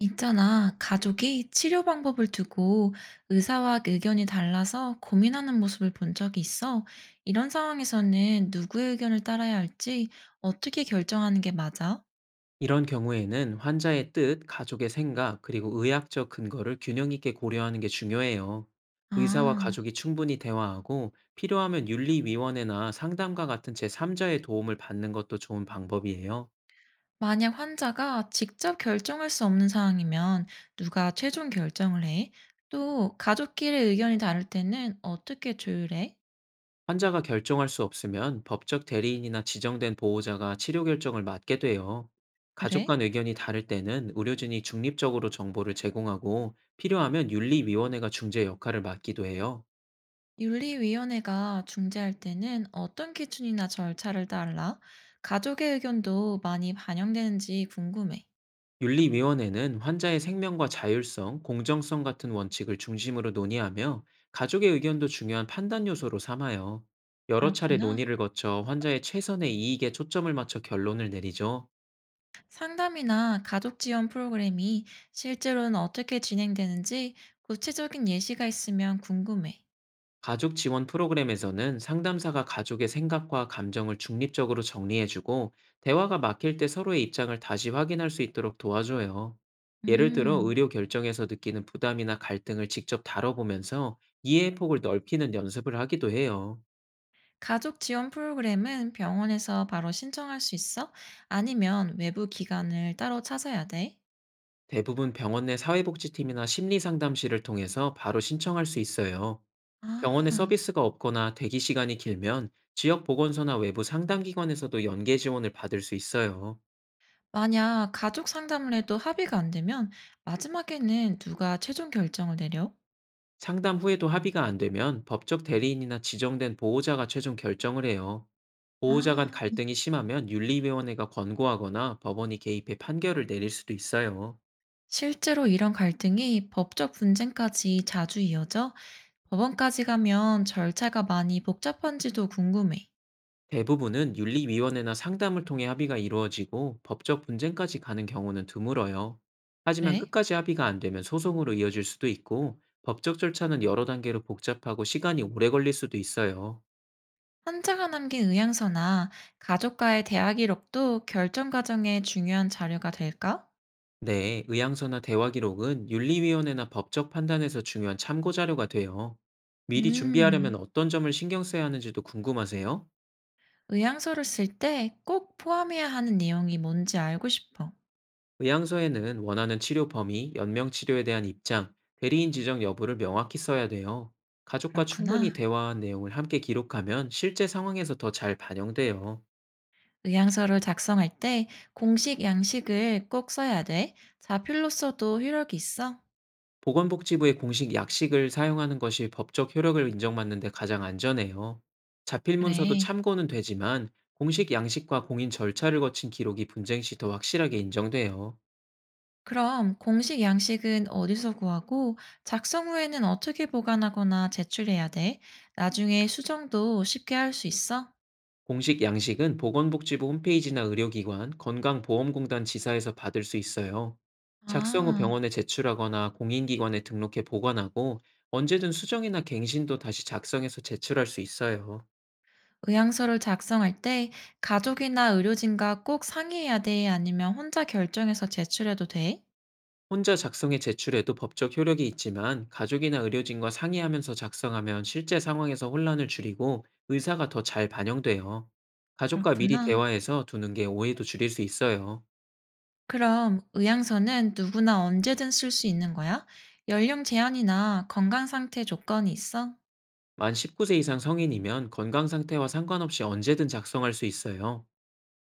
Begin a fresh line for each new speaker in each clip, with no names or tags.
있잖아, 가족이 치료 방법을 두고 의사와 의견이 달라서 고민하는 모습을 본 적이 있어. 이런 상황에서는 누구의 의견을 따라야 할지 어떻게 결정하는 게 맞아?
이런 경우에는 환자의 뜻, 가족의 생각, 그리고 의학적 근거를 균형 있게 고려하는 게 중요해요. 의사와
아,
가족이 충분히 대화하고 필요하면 윤리위원회나 상담가 같은 제3자의 도움을 받는 것도 좋은 방법이에요.
만약 환자가 직접 결정할 수 없는 상황이면 누가 최종 결정을 해? 또 가족끼리 의견이 다를 때는 어떻게 조율해?
환자가 결정할 수 없으면 법적 대리인이나 지정된 보호자가 치료 결정을 맡게 돼요. 가족
그래?
간 의견이 다를 때는 의료진이 중립적으로 정보를 제공하고 필요하면 윤리위원회가 중재 역할을 맡기도 해요.
윤리위원회가 중재할 때는 어떤 기준이나 절차를 따라 가족의 의견도 많이 반영되는지 궁금해.
윤리위원회는 환자의 생명과 자율성, 공정성 같은 원칙을 중심으로 논의하며, 가족의 의견도 중요한 판단 요소로 삼아요. 여러 차례
그렇구나.
논의를 거쳐 환자의 최선의 이익에 초점을 맞춰 결론을 내리죠.
상담이나 가족 지원 프로그램이 실제로는 어떻게 진행되는지 구체적인 예시가 있으면 궁금해.
가족 지원 프로그램에서는 상담사가 가족의 생각과 감정을 중립적으로 정리해주고, 대화가 막힐 때 서로의 입장을 다시 확인할 수 있도록 도와줘요. 예를 들어
음,
의료 결정에서 느끼는 부담이나 갈등을 직접 다뤄보면서 이해의 폭을 넓히는 연습을 하기도 해요.
가족 지원 프로그램은 병원에서 바로 신청할 수 있어? 아니면 외부 기관을 따로 찾아야 돼?
대부분 병원 내 사회복지팀이나 심리상담실을 통해서 바로 신청할 수 있어요. 병원에
아.
서비스가 없거나 대기 시간이 길면 지역 보건소나 외부 상담기관에서도 연계 지원을 받을 수 있어요.
만약 가족 상담을 해도 합의가 안 되면 마지막에는 누가 최종 결정을 내려?
상담 후에도 합의가 안 되면 법적 대리인이나 지정된 보호자가 최종 결정을 해요. 보호자 간
아,
갈등이 심하면 윤리위원회가 권고하거나 법원이 개입해 판결을 내릴 수도 있어요.
실제로 이런 갈등이 법적 분쟁까지 자주 이어져 법원까지 가면 절차가 많이 복잡한지도 궁금해.
대부분은 윤리위원회나 상담을 통해 합의가 이루어지고, 법적 분쟁까지 가는 경우는 드물어요. 하지만
그래?
끝까지 합의가 안 되면 소송으로 이어질 수도 있고, 법적 절차는 여러 단계로 복잡하고 시간이 오래 걸릴 수도 있어요.
환자가 남긴 의향서나 가족과의 대화 기록도 결정 과정에 중요한 자료가 될까?
네, 의향서나 대화 기록은 윤리위원회나 법적 판단에서 중요한 참고 자료가 돼요. 미리 준비하려면
음,
어떤 점을 신경 써야 하는지도 궁금하세요?
의향서를 쓸 때 꼭 포함해야 하는 내용이 뭔지 알고 싶어.
의향서에는 원하는 치료 범위, 연명 치료에 대한 입장, 대리인 지정 여부를 명확히 써야 돼요. 가족과 충분히
그렇구나.
대화한 내용을 함께 기록하면 실제 상황에서 더 잘 반영돼요.
의향서를 작성할 때 공식 양식을 꼭 써야 돼. 자필로 써도 효력이 있어?
보건복지부의 공식 약식을 사용하는 것이 법적 효력을 인정받는 데 가장 안전해요. 자필 문서도
그래.
참고는 되지만, 공식 양식과 공인 절차를 거친 기록이 분쟁 시 더 확실하게 인정돼요.
그럼 공식 양식은 어디서 구하고 작성 후에는 어떻게 보관하거나 제출해야 돼? 나중에 수정도 쉽게 할 수 있어?
공식 양식은 보건복지부 홈페이지나 의료기관, 건강보험공단 지사에서 받을 수 있어요. 작성 후
아,
병원에 제출하거나 공인기관에 등록해 보관하고, 언제든 수정이나 갱신도 다시 작성해서 제출할 수 있어요.
의향서를 작성할 때 가족이나 의료진과 꼭 상의해야 돼? 아니면 혼자 결정해서 제출해도 돼?
혼자 작성해 제출해도 법적 효력이 있지만, 가족이나 의료진과 상의하면서 작성하면 실제 상황에서 혼란을 줄이고 의사가 더 잘 반영돼요. 가족과 미리
그렇구나.
대화해서 두는 게 오해도 줄일 수 있어요.
그럼 의향서는 누구나 언제든 쓸 수 있는 거야? 연령 제한이나 건강 상태 조건이 있어?
만 19세 이상 성인이면 건강 상태와 상관없이 언제든 작성할 수 있어요.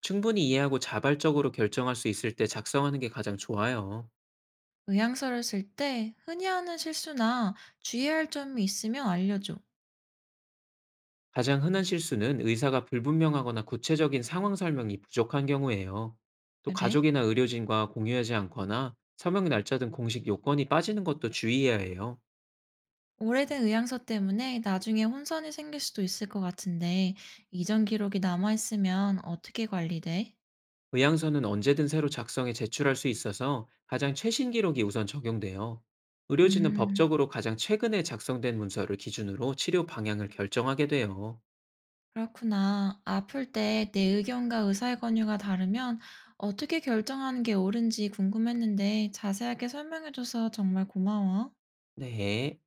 충분히 이해하고 자발적으로 결정할 수 있을 때 작성하는 게 가장 좋아요.
의향서를 쓸 때 흔히 하는 실수나 주의해야 할 점이 있으면 알려줘.
가장 흔한 실수는 의사가 불분명하거나 구체적인 상황 설명이 부족한 경우예요. 또
그래?
가족이나 의료진과 공유하지 않거나 서명 날짜 등 공식 요건이 빠지는 것도 주의해야 해요.
오래된 의향서 때문에 나중에 혼선이 생길 수도 있을 것 같은데, 이전 기록이 남아있으면 어떻게 관리돼?
의향서는 언제든 새로 작성해 제출할 수 있어서 가장 최신 기록이 우선 적용돼요. 의료진은
음.
법적으로 가장 최근에 작성된 문서를 기준으로 치료 방향을 결정하게 돼요.
그렇구나. 아플 때 내 의견과 의사의 권유가 다르면 어떻게 결정하는 게 옳은지 궁금했는데 자세하게 설명해줘서 정말 고마워.
네.